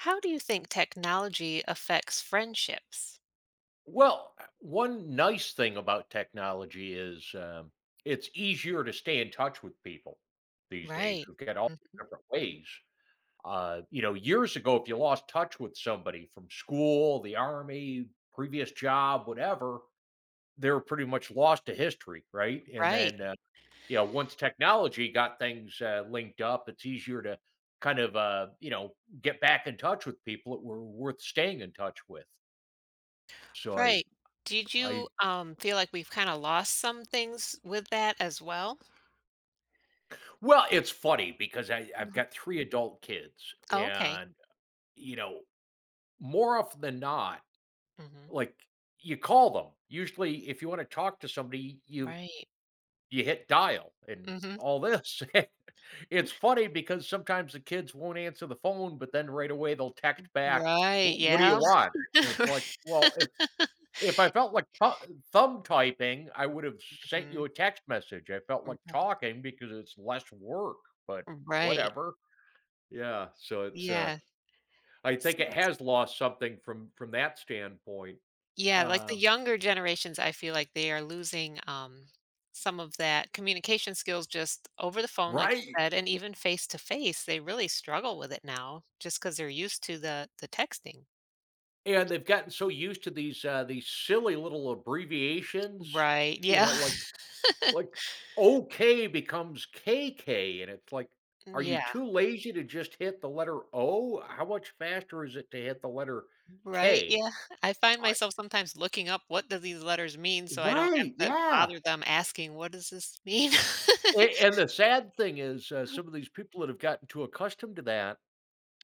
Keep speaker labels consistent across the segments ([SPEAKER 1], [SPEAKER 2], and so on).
[SPEAKER 1] How do you think technology affects friendships?
[SPEAKER 2] One nice thing about technology is it's easier to stay in touch with people these days.
[SPEAKER 1] Right.
[SPEAKER 2] We've got all
[SPEAKER 1] Mhm.
[SPEAKER 2] different ways. Years ago, if you lost touch with somebody from school, the army, previous job, whatever, they were pretty much lost to history, right? And
[SPEAKER 1] Right,
[SPEAKER 2] then, you know, Once technology got things linked up, it's easier to kind of, uh, you know, get back in touch with people that were worth staying in touch with. So
[SPEAKER 1] right. Did you,
[SPEAKER 2] I
[SPEAKER 1] feel like we've kinda lost some things with that as well?
[SPEAKER 2] Well, it's funny because I've
[SPEAKER 1] Mhm.
[SPEAKER 2] got three adult kids,
[SPEAKER 1] Oh, okay.
[SPEAKER 2] and you know, more often than not,
[SPEAKER 1] Mhm.
[SPEAKER 2] like you call them. Usually, if you want to talk to somebody, you
[SPEAKER 1] Right.
[SPEAKER 2] you hit dial and
[SPEAKER 1] Mhm.
[SPEAKER 2] all this. It's funny because sometimes the kids won't answer the phone, but then right away they'll text back,
[SPEAKER 1] Right,
[SPEAKER 2] "What do you
[SPEAKER 1] yeah.
[SPEAKER 2] want?" And it's like, well, if I felt like thumb typing, I would have sent
[SPEAKER 1] Mhm.
[SPEAKER 2] you a text message. I felt like
[SPEAKER 1] Right.
[SPEAKER 2] talking because it's less work, but
[SPEAKER 1] Right.
[SPEAKER 2] whatever. Yeah, so it's, uh
[SPEAKER 1] Yeah.
[SPEAKER 2] I think it
[SPEAKER 1] Seems.
[SPEAKER 2] has lost something from that standpoint.
[SPEAKER 1] Yeah, like the
[SPEAKER 2] Um
[SPEAKER 1] younger generations, I feel like they are losing some of that communication skills just over the phone, like you
[SPEAKER 2] Right,
[SPEAKER 1] said, and even face to face. They really struggle with it now, just because they're used to the texting.
[SPEAKER 2] and they've gotten so used to these silly little abbreviations,
[SPEAKER 1] Right.
[SPEAKER 2] you
[SPEAKER 1] Yeah.
[SPEAKER 2] know, like like OK becomes KK, and it's like, are you
[SPEAKER 1] Yeah.
[SPEAKER 2] too lazy to just hit the letter O? How much faster is it to hit the letter
[SPEAKER 1] Right.
[SPEAKER 2] K?
[SPEAKER 1] Yeah. I find
[SPEAKER 2] I
[SPEAKER 1] myself sometimes looking up what do these letters mean, so I don't
[SPEAKER 2] Right,
[SPEAKER 1] have to
[SPEAKER 2] yeah,
[SPEAKER 1] bother them asking what does this mean.
[SPEAKER 2] a and the sad thing is, some of these people that have gotten too accustomed to that,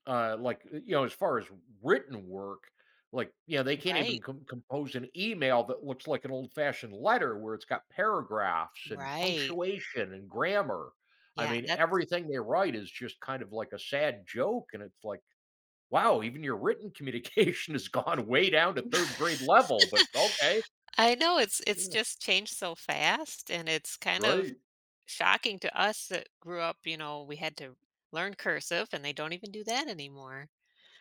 [SPEAKER 2] as far as written work, they can't
[SPEAKER 1] Right.
[SPEAKER 2] even compose an email that looks like an old fashioned letter where it's got paragraphs and
[SPEAKER 1] Right.
[SPEAKER 2] punctuation and grammar. I
[SPEAKER 1] Yeah.
[SPEAKER 2] mean,
[SPEAKER 1] That's.
[SPEAKER 2] everything they write is just kind of like a sad joke, and it's like, wow, even your written communication has gone way down to third grade level, but okay.
[SPEAKER 1] I know it's
[SPEAKER 2] Yeah,
[SPEAKER 1] just changed so fast, and it's kind of
[SPEAKER 2] right.
[SPEAKER 1] shocking to us that grew up, you know, we had to learn cursive and they don't even do that anymore.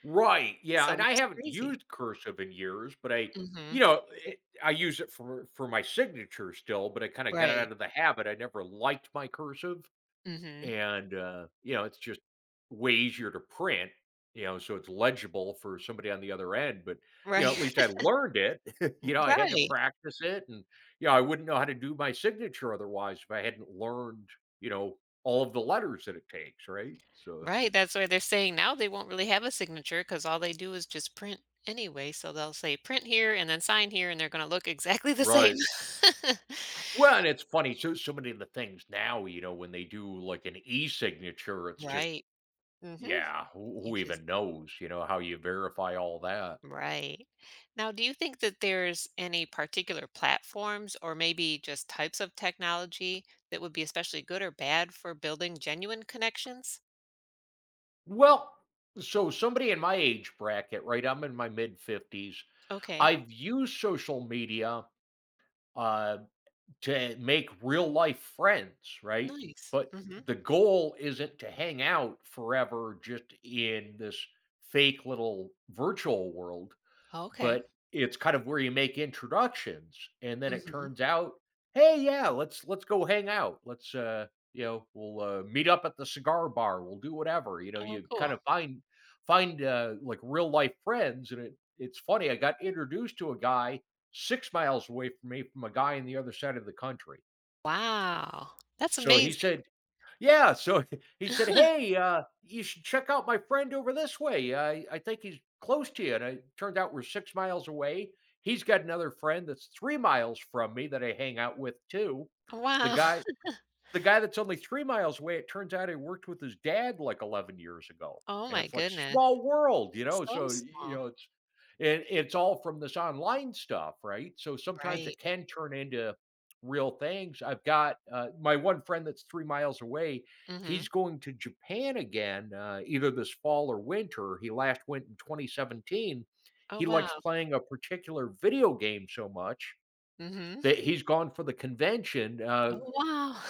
[SPEAKER 2] Right, yeah,
[SPEAKER 1] So
[SPEAKER 2] and I
[SPEAKER 1] it's
[SPEAKER 2] haven't
[SPEAKER 1] crazy.
[SPEAKER 2] used cursive in years, but
[SPEAKER 1] Hmm.
[SPEAKER 2] it, I use it for my signature still, but I kinda got out
[SPEAKER 1] Right.
[SPEAKER 2] of the habit. I never liked my cursive,
[SPEAKER 1] Hmm.
[SPEAKER 2] and it's just way easier to print, you know, so it's legible for somebody on the other end. But, you know,
[SPEAKER 1] Right.
[SPEAKER 2] at least I learned it, you know, I had to
[SPEAKER 1] Right.
[SPEAKER 2] practice it, and, you know, I wouldn't know how to do my signature otherwise if I hadn't learned, you know, all of the letters that it takes, right? So
[SPEAKER 1] Right. That's why they're saying now they won't really have a signature because all they do is just print anyway. So they'll say print here and then sign here and they're going to look exactly the same.
[SPEAKER 2] right. Well, and it's funny, so many of the things now, you know, when they do like an e-signature, it's just
[SPEAKER 1] Right. Hmm.
[SPEAKER 2] yeah, who,
[SPEAKER 1] You
[SPEAKER 2] who
[SPEAKER 1] just.
[SPEAKER 2] even knows, you know, how you verify all that.
[SPEAKER 1] Right. Now, do you think that there's any particular platforms or maybe just types of technology that would be especially good or bad for building genuine connections?
[SPEAKER 2] Well, so somebody in my age bracket, right? I'm in my mid 50s.
[SPEAKER 1] Okay.
[SPEAKER 2] I've used social media uh to make real life friends, right?
[SPEAKER 1] Nice.
[SPEAKER 2] But
[SPEAKER 1] Mm-hmm.
[SPEAKER 2] the goal isn't to hang out forever just in this fake little virtual world.
[SPEAKER 1] Okay.
[SPEAKER 2] But it's kind of where you make introductions, and then it
[SPEAKER 1] Mm-hmm.
[SPEAKER 2] turns out, "Hey, yeah, let's go hang out. Let's, meet up at the cigar bar. We'll do whatever." You know,
[SPEAKER 1] Oh,
[SPEAKER 2] you kind
[SPEAKER 1] cool.
[SPEAKER 2] of find real life friends. And it, it's funny, I got introduced to a guy 6 miles away from me from a guy on the other side of the country.
[SPEAKER 1] Wow. That's
[SPEAKER 2] So he
[SPEAKER 1] amazing.
[SPEAKER 2] said yeah, so He said, "Hey, you should check out my friend over this way. I think he's close to you." And it turned out we're 6 miles away. He's got another friend that's 3 miles from me that I hang out with too. The
[SPEAKER 1] Wow.
[SPEAKER 2] guy, the guy that's only 3 miles away, it turns out he worked with his dad like 11 years ago.
[SPEAKER 1] Oh
[SPEAKER 2] And
[SPEAKER 1] my
[SPEAKER 2] it's like,
[SPEAKER 1] goodness.
[SPEAKER 2] small world, you know?
[SPEAKER 1] So
[SPEAKER 2] So, you
[SPEAKER 1] small.
[SPEAKER 2] know, it's, it, it's all from this online stuff, right? So sometimes it
[SPEAKER 1] Right.
[SPEAKER 2] can turn into real things. I've got my one friend that's 3 miles away. He's
[SPEAKER 1] Mm-hmm.
[SPEAKER 2] going to Japan again, either this fall or winter. He last went in 2017.
[SPEAKER 1] Oh
[SPEAKER 2] He
[SPEAKER 1] wow.
[SPEAKER 2] likes playing a particular video game so much
[SPEAKER 1] Mm-hmm.
[SPEAKER 2] that he's gone for the convention.
[SPEAKER 1] Oh wow.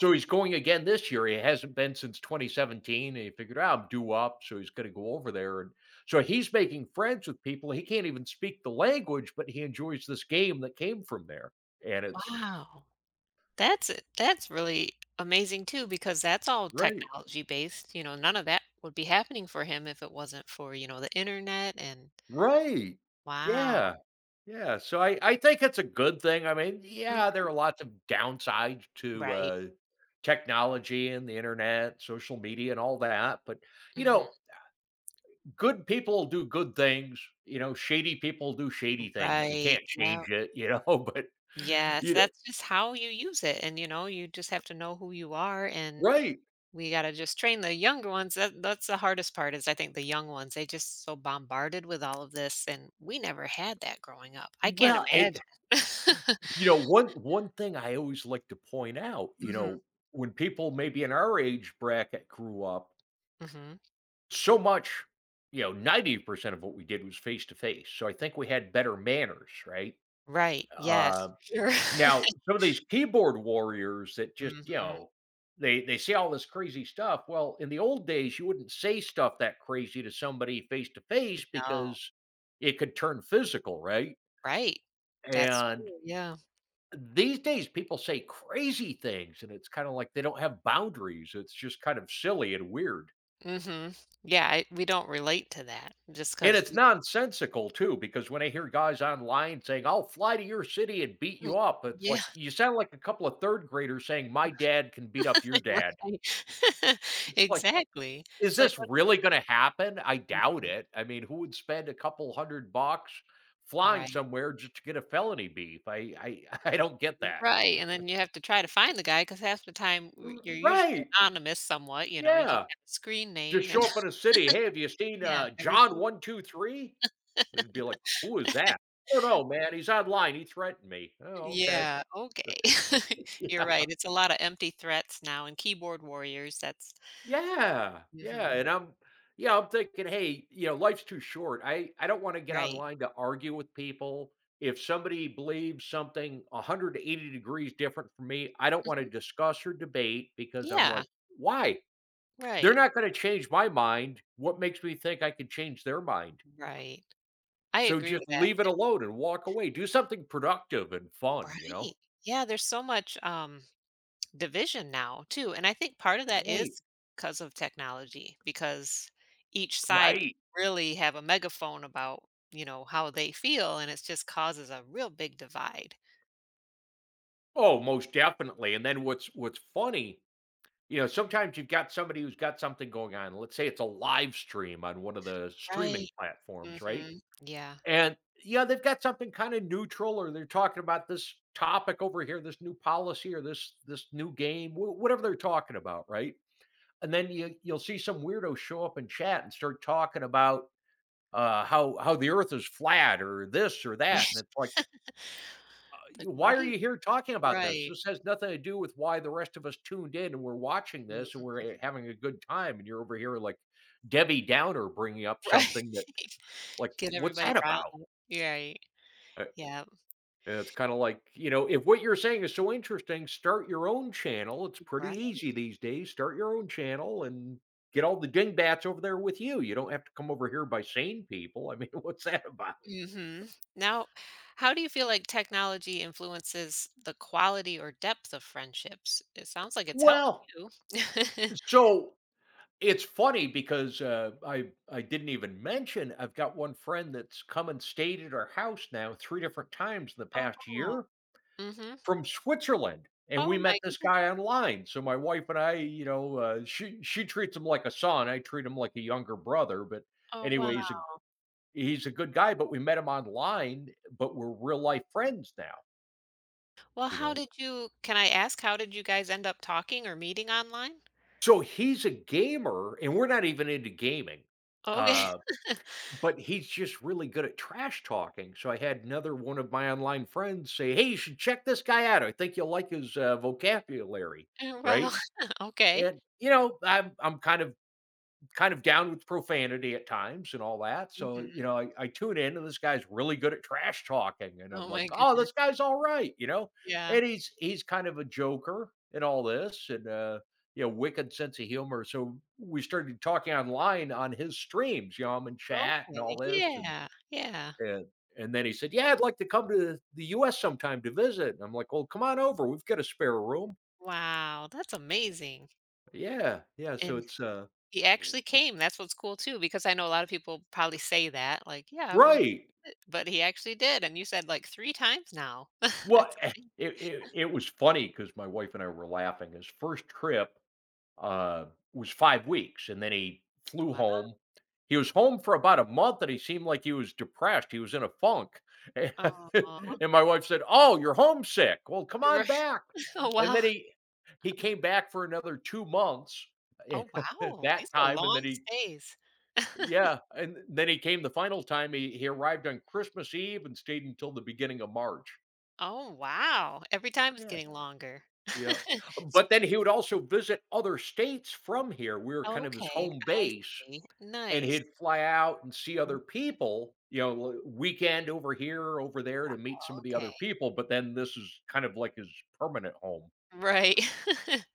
[SPEAKER 2] So he's going again this year. He hasn't been since 2017. And he figured out I'm due up. So he's going to go over there. And so he's making friends with people. He can't even speak the language, but he enjoys this game that came from there. And it's
[SPEAKER 1] Wow. That's really amazing too because that's all
[SPEAKER 2] Right.
[SPEAKER 1] technology based, you know, none of that would be happening for him if it wasn't for, you know, the internet and
[SPEAKER 2] Right.
[SPEAKER 1] wow.
[SPEAKER 2] Yeah. Yeah. So I think it's a good thing. I mean, yeah,
[SPEAKER 1] Mhm.
[SPEAKER 2] there are lots of downsides to
[SPEAKER 1] Right.
[SPEAKER 2] technology and the internet, social media, and all that. But, you
[SPEAKER 1] Mhm.
[SPEAKER 2] know, good people do good things, you know, shady people do shady things. You
[SPEAKER 1] Right.
[SPEAKER 2] can't
[SPEAKER 1] Yeah.
[SPEAKER 2] change it, you know, but
[SPEAKER 1] Yes,
[SPEAKER 2] you know
[SPEAKER 1] that's just how you use it and, you know, you just have to know who you are and
[SPEAKER 2] right.
[SPEAKER 1] we gotta just train the younger ones. That's the hardest part is I think the young ones, they just so bombarded with all of this and we never had that growing up. I can't
[SPEAKER 2] Well,
[SPEAKER 1] imagine.
[SPEAKER 2] and you know, one thing I always like to point out, you
[SPEAKER 1] Mhm.
[SPEAKER 2] know, when people maybe in our age bracket grew up,
[SPEAKER 1] Mhm.
[SPEAKER 2] so much, you know, 90% of what we did was face to face. So I think we had better manners, right?
[SPEAKER 1] Right, yes.
[SPEAKER 2] Um
[SPEAKER 1] Sure.
[SPEAKER 2] Now, some of these keyboard warriors that just, you
[SPEAKER 1] Mhm,
[SPEAKER 2] know, they say all this crazy stuff. Well, in the old days, you wouldn't say stuff that crazy to somebody face to face
[SPEAKER 1] no,
[SPEAKER 2] because it could turn physical, right?
[SPEAKER 1] right. That's
[SPEAKER 2] And
[SPEAKER 1] true, yeah,
[SPEAKER 2] these days people say crazy things and it's kind of like they don't have boundaries. It's just kind of silly and weird.
[SPEAKER 1] mhm. Yeah, I we don't relate to that just
[SPEAKER 2] And
[SPEAKER 1] because
[SPEAKER 2] it's
[SPEAKER 1] we
[SPEAKER 2] nonsensical too, because when I hear guys online saying, "I'll fly to your city and beat
[SPEAKER 1] mm,
[SPEAKER 2] you up," it's
[SPEAKER 1] yeah,
[SPEAKER 2] like you sound like a couple of third graders saying, "My dad can beat up your dad."
[SPEAKER 1] right.
[SPEAKER 2] It's like,
[SPEAKER 1] Exactly.
[SPEAKER 2] is
[SPEAKER 1] It's like,
[SPEAKER 2] this
[SPEAKER 1] what
[SPEAKER 2] really gonna happen? I doubt
[SPEAKER 1] mhm,
[SPEAKER 2] it. I mean, who would spend a couple hundred bucks flying
[SPEAKER 1] right,
[SPEAKER 2] somewhere just to get a felony beef? I I don't get that.
[SPEAKER 1] right, and then you have to try to find the guy because half the time w
[SPEAKER 2] R
[SPEAKER 1] you're usually
[SPEAKER 2] right.
[SPEAKER 1] anonymous somewhat, you know, you just
[SPEAKER 2] Yeah.
[SPEAKER 1] have a screen
[SPEAKER 2] Just
[SPEAKER 1] name and
[SPEAKER 2] show up in a city, "Hey, have you seen,
[SPEAKER 1] yeah, have you
[SPEAKER 2] John
[SPEAKER 1] seen.
[SPEAKER 2] 123?" They'd be like, "Who is that?" "I don't know, man. He's online. He threatened me." "Oh, okay."
[SPEAKER 1] Yeah, okay. You're
[SPEAKER 2] Yeah.
[SPEAKER 1] right, it's a lot of empty threats now and keyboard warriors, that's
[SPEAKER 2] Yeah, yeah,
[SPEAKER 1] mhm,
[SPEAKER 2] and I'm yeah, I'm thinking, "Hey, you know, life's too short." I don't wanna get
[SPEAKER 1] right.
[SPEAKER 2] online to argue with people. If somebody believes something 180 degrees different from me, I don't wanna
[SPEAKER 1] Mhm.
[SPEAKER 2] discuss or debate because I'm
[SPEAKER 1] Yeah,
[SPEAKER 2] like, "Why? They're
[SPEAKER 1] right,
[SPEAKER 2] not gonna change my mind. What makes me think I could change their mind?"
[SPEAKER 1] right. I
[SPEAKER 2] So
[SPEAKER 1] agree
[SPEAKER 2] just
[SPEAKER 1] with that.
[SPEAKER 2] leave it
[SPEAKER 1] There
[SPEAKER 2] alone and walk away. Do something productive and fun, you know?
[SPEAKER 1] right. Yeah, there's so much, division now too, and I think part of that
[SPEAKER 2] Right,
[SPEAKER 1] is because of technology, because each side can
[SPEAKER 2] right.
[SPEAKER 1] really have a megaphone about, you know, how they feel, and it just causes a real big divide.
[SPEAKER 2] Oh, most definitely. And then what's funny, you know, sometimes you've got somebody who's got something going on. Let's say it's a live stream on one of the
[SPEAKER 1] Right.
[SPEAKER 2] streaming platforms, right?
[SPEAKER 1] Mhm. Yeah.
[SPEAKER 2] And yeah, they've got something kind of neutral, or they're talking about this topic over here, this new policy, or this new game, whatever they're talking about, right? And then you'll see some weirdo show up in chat and start talking about how the Earth is flat, or this or that, and it's like,
[SPEAKER 1] Like,
[SPEAKER 2] why
[SPEAKER 1] what are
[SPEAKER 2] are
[SPEAKER 1] you.
[SPEAKER 2] you here talking about this?
[SPEAKER 1] Right.
[SPEAKER 2] This has nothing to do with why the rest of us tuned in and we're watching this and
[SPEAKER 1] Mhm.
[SPEAKER 2] we're having a good time. And you're over here like Debbie Downer bringing up
[SPEAKER 1] Right.
[SPEAKER 2] something that, like,
[SPEAKER 1] Get
[SPEAKER 2] what's
[SPEAKER 1] everybody
[SPEAKER 2] that
[SPEAKER 1] riled
[SPEAKER 2] about?
[SPEAKER 1] up. Right.
[SPEAKER 2] Uh,
[SPEAKER 1] Yeah,
[SPEAKER 2] And it's kind of like, you know, if what you're saying is so interesting, start your own channel. It's pretty
[SPEAKER 1] right.
[SPEAKER 2] easy these days. Start your own channel and get all the dingbats over there with you. You don't have to come over here by sane people. I mean, what's that about?
[SPEAKER 1] Mhm. Now, how do you feel like technology influences the quality or depth of friendships? It sounds like it's helped
[SPEAKER 2] Well,
[SPEAKER 1] you.
[SPEAKER 2] so It's funny because, I didn't even mention, I've got one friend that's come and stayed at our house now 3 different times in the
[SPEAKER 1] Oh,
[SPEAKER 2] past
[SPEAKER 1] wow.
[SPEAKER 2] year
[SPEAKER 1] Mhm.
[SPEAKER 2] from Switzerland, and we
[SPEAKER 1] Oh
[SPEAKER 2] met
[SPEAKER 1] my
[SPEAKER 2] this
[SPEAKER 1] goodness.
[SPEAKER 2] guy online. So my wife and I, you know, she treats him like a son, I treat him like a younger brother, but
[SPEAKER 1] Oh, wow.
[SPEAKER 2] anyway, he's a good guy, but we met him online, but we're real life friends now,
[SPEAKER 1] Well,
[SPEAKER 2] you
[SPEAKER 1] how
[SPEAKER 2] know?
[SPEAKER 1] did you can I ask how did you guys end up talking or meeting online?
[SPEAKER 2] So he's a gamer, and we're not even into gaming,
[SPEAKER 1] Okay.
[SPEAKER 2] uh but he's just really good at trash talking. So I had another one of my online friends say, "Hey, you should check this guy out. I think you'll like his, vocabulary,"
[SPEAKER 1] Well,
[SPEAKER 2] right?
[SPEAKER 1] okay.
[SPEAKER 2] And, you know, I'm kind of down with profanity at times and all that, so, you
[SPEAKER 1] Mhm.
[SPEAKER 2] know, I tune in and this guy's really good at trash talking, and I'm
[SPEAKER 1] Oh
[SPEAKER 2] like,
[SPEAKER 1] my
[SPEAKER 2] "Oh,
[SPEAKER 1] goodness.
[SPEAKER 2] this guy's alright," you know?
[SPEAKER 1] Yeah.
[SPEAKER 2] And he's kind of a joker and all this and, you know, wicked sense of humor, so we started talking online on his streams. You know, I'm in chat and all
[SPEAKER 1] Okay.
[SPEAKER 2] this and
[SPEAKER 1] Yeah. Yeah.
[SPEAKER 2] and and then he said, "Yeah, I'd like to come to the U.S. sometime to visit." And I'm like, "Well, come on over. We've got a spare room."
[SPEAKER 1] Wow, that's amazing.
[SPEAKER 2] Yeah, yeah. So
[SPEAKER 1] And
[SPEAKER 2] it's
[SPEAKER 1] he actually came, that's what's cool too, because I know a lot of people probably say that, like, "Yeah, I wanna,"
[SPEAKER 2] right.
[SPEAKER 1] but he actually did, and you said, like, 3 times now.
[SPEAKER 2] Well,
[SPEAKER 1] That's
[SPEAKER 2] it
[SPEAKER 1] amazing.
[SPEAKER 2] it, it was funny because my wife and I were laughing. His first trip, uh, was 5 weeks, and then he flew
[SPEAKER 1] Wow.
[SPEAKER 2] home. He was home for about a month, and he seemed like he was depressed, he was in a funk,
[SPEAKER 1] Aw.
[SPEAKER 2] and my wife said, "Oh, you're homesick, well, come on back,"
[SPEAKER 1] Oh,
[SPEAKER 2] and then
[SPEAKER 1] wow.
[SPEAKER 2] he came back for another 2 months
[SPEAKER 1] Oh, wow,
[SPEAKER 2] that
[SPEAKER 1] these are
[SPEAKER 2] time, and then
[SPEAKER 1] long
[SPEAKER 2] he
[SPEAKER 1] stays.
[SPEAKER 2] yeah, and then he came the final time. He arrived on Christmas Eve and stayed until the beginning of March.
[SPEAKER 1] Oh, wow. Every time it's
[SPEAKER 2] Yeah,
[SPEAKER 1] getting longer.
[SPEAKER 2] yeah,
[SPEAKER 1] So
[SPEAKER 2] but then he would also visit other states from here. We were kind of his
[SPEAKER 1] okay,
[SPEAKER 2] home
[SPEAKER 1] I
[SPEAKER 2] base.
[SPEAKER 1] see.
[SPEAKER 2] And
[SPEAKER 1] Nice.
[SPEAKER 2] he'd fly out and see
[SPEAKER 1] Mm,
[SPEAKER 2] other people, you know, weekend over here, over there to meet some of the other
[SPEAKER 1] okay.
[SPEAKER 2] people, but then this is kind of like his permanent home.
[SPEAKER 1] Right.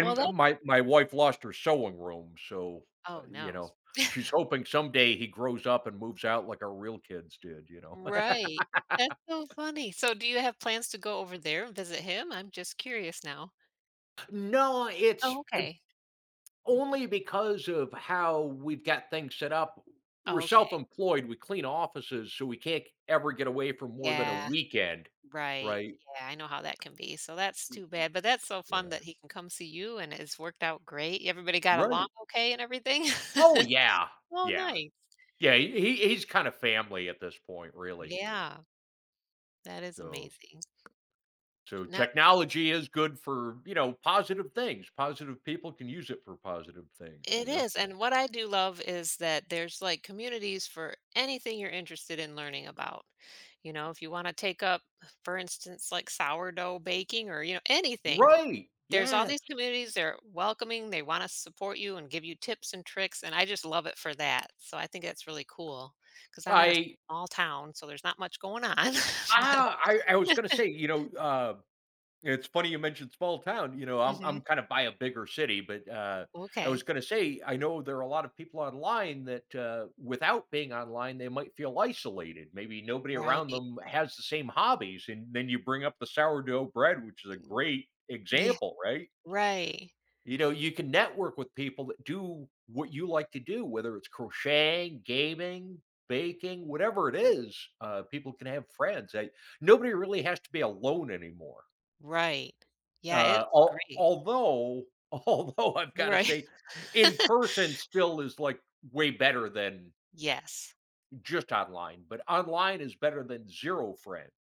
[SPEAKER 1] Well,
[SPEAKER 2] m
[SPEAKER 1] that.
[SPEAKER 2] my my wife lost her sewing room, so,
[SPEAKER 1] Oh,
[SPEAKER 2] you
[SPEAKER 1] no.
[SPEAKER 2] know, she's hoping someday he grows up and moves out like our real kids did, you know?
[SPEAKER 1] Right. That's so funny. So do you have plans to go over there and visit him? I'm just curious now.
[SPEAKER 2] No, it's
[SPEAKER 1] Oh, okay.
[SPEAKER 2] only because of how we've got things set up. We're
[SPEAKER 1] Oh, okay.
[SPEAKER 2] self-employed, we clean offices, so we can't ever get away for more than a
[SPEAKER 1] Yeah,
[SPEAKER 2] weekend,
[SPEAKER 1] right.
[SPEAKER 2] right?
[SPEAKER 1] Yeah, I know how that can be. So that's too bad, but that's so fun
[SPEAKER 2] Yeah.
[SPEAKER 1] that he can come see you and it's worked out great. Everybody got along
[SPEAKER 2] Right.
[SPEAKER 1] okay and everything?
[SPEAKER 2] Oh, yeah.
[SPEAKER 1] Oh,
[SPEAKER 2] Yeah.
[SPEAKER 1] nice.
[SPEAKER 2] Yeah, he's kinda family at this point, really.
[SPEAKER 1] Yeah, that is
[SPEAKER 2] So
[SPEAKER 1] amazing.
[SPEAKER 2] so
[SPEAKER 1] Now
[SPEAKER 2] technology is good for, you know, positive things. Positive people can use it for positive things, you
[SPEAKER 1] it
[SPEAKER 2] know?
[SPEAKER 1] is, and what I do love is that there's, like, communities for anything you're interested in learning about. You know, if you wanna take up, for instance, like, sourdough baking or, you know, anything,
[SPEAKER 2] Right.
[SPEAKER 1] there's all
[SPEAKER 2] Yes.
[SPEAKER 1] these communities, they're welcoming, they wanna support you and give you tips and tricks, and I just love it for that, so I think that's really cool. Because 'cause I'm in a
[SPEAKER 2] I
[SPEAKER 1] small town, so there's not much going on, but
[SPEAKER 2] ah, I was gonna say, you know, it's funny you mentioned small town. You know, I'm
[SPEAKER 1] mhm.
[SPEAKER 2] I'm kind of by a bigger city, but, I was
[SPEAKER 1] Okay.
[SPEAKER 2] gonna say, I know there are a lot of people online that, without being online, they might feel isolated. Maybe nobody around
[SPEAKER 1] Right.
[SPEAKER 2] them has the same hobbies, and then you bring up the sourdough bread, which is a
[SPEAKER 1] Mm,
[SPEAKER 2] great
[SPEAKER 1] yeah.
[SPEAKER 2] example, right?
[SPEAKER 1] Right.
[SPEAKER 2] You know, you can network with people that do what you like to do, whether it's crocheting, gaming, baking, whatever it is. People can have friends. I Nobody really has to be alone anymore.
[SPEAKER 1] Right. Yeah, it's
[SPEAKER 2] Al
[SPEAKER 1] great.
[SPEAKER 2] although although I've gotta
[SPEAKER 1] Right.
[SPEAKER 2] say, in person still is, like, way better than
[SPEAKER 1] Yes,
[SPEAKER 2] just online, but online is better than 0 friends,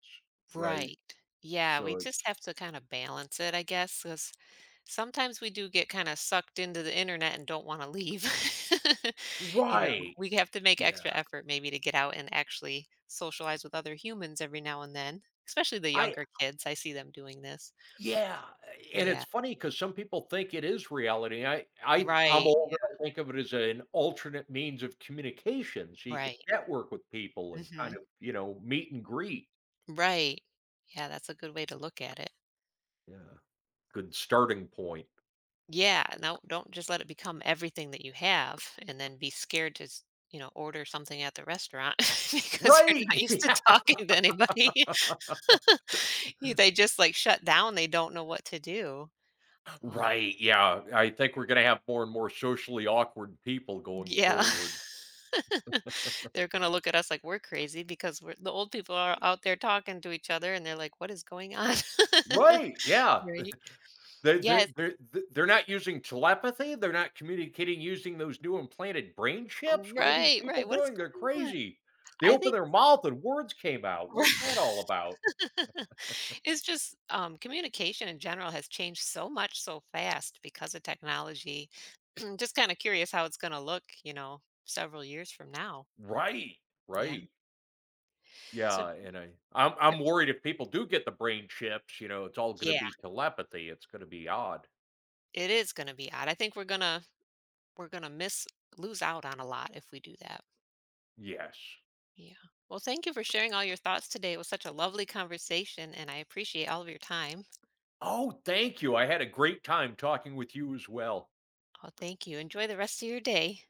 [SPEAKER 2] right?
[SPEAKER 1] right. Yeah, we
[SPEAKER 2] So it
[SPEAKER 1] just have to kind of balance it, I guess, because sometimes we do get kind of sucked into the internet and don't want to leave. You know,
[SPEAKER 2] Right.
[SPEAKER 1] we have to make
[SPEAKER 2] Yeah.
[SPEAKER 1] extra effort maybe to get out and actually socialize with other humans every now and then, especially the
[SPEAKER 2] I
[SPEAKER 1] younger kids. I see them doing this.
[SPEAKER 2] Yeah, and it's
[SPEAKER 1] Yeah,
[SPEAKER 2] funny because some people think it is reality. I'm
[SPEAKER 1] right. Yeah,
[SPEAKER 2] older, I think of it as an alternate means of communication, so you can
[SPEAKER 1] right.
[SPEAKER 2] network with people and kind
[SPEAKER 1] Hmm.
[SPEAKER 2] of, you know, meet and greet.
[SPEAKER 1] Right. Yeah, that's a good way to look at it.
[SPEAKER 2] Yeah, good starting point.
[SPEAKER 1] Yeah, no, don't just let it become everything that you have and then be scared to, s- you know, order something at the restaurant because you're not
[SPEAKER 2] Right!
[SPEAKER 1] used to talking to anybody. You- they just like shut down. They don't know what to do. Um,
[SPEAKER 2] Right, yeah, I think we're gonna have more and more socially awkward people going
[SPEAKER 1] yeah,
[SPEAKER 2] forward.
[SPEAKER 1] they're going to look at us like we're crazy because we're the old people are out there talking to each other and they're like, what is going on?
[SPEAKER 2] Right, yeah,
[SPEAKER 1] Right.
[SPEAKER 2] they they
[SPEAKER 1] Yes.
[SPEAKER 2] they're they're not using telepathy, they're not communicating using those new implanted brain chips. What are these
[SPEAKER 1] Right.
[SPEAKER 2] people
[SPEAKER 1] Right. What is
[SPEAKER 2] doing? They're
[SPEAKER 1] going on?
[SPEAKER 2] crazy. They
[SPEAKER 1] I
[SPEAKER 2] opened
[SPEAKER 1] think
[SPEAKER 2] their mouth and words came out, what's that all about?
[SPEAKER 1] it's just communication in general has changed so much so fast because of technology. Just kind of curious how it's going to look, you know, several years from now.
[SPEAKER 2] Right,
[SPEAKER 1] Yeah.
[SPEAKER 2] right,
[SPEAKER 1] So do
[SPEAKER 2] yeah,
[SPEAKER 1] you
[SPEAKER 2] and I'm worried if people do get the brain chips, you know, it's all gonna
[SPEAKER 1] yeah,
[SPEAKER 2] be telepathy, it's gonna be odd.
[SPEAKER 1] it is going to be odd. I think we're going to miss lose out on a lot if we do that.
[SPEAKER 2] Yes.
[SPEAKER 1] Yeah. Well, thank you for sharing all your thoughts today. It was such a lovely conversation and I appreciate all of your time.
[SPEAKER 2] Oh, thank you. I had a great time talking with you as well.
[SPEAKER 1] Oh, thank you. Enjoy the rest of your day.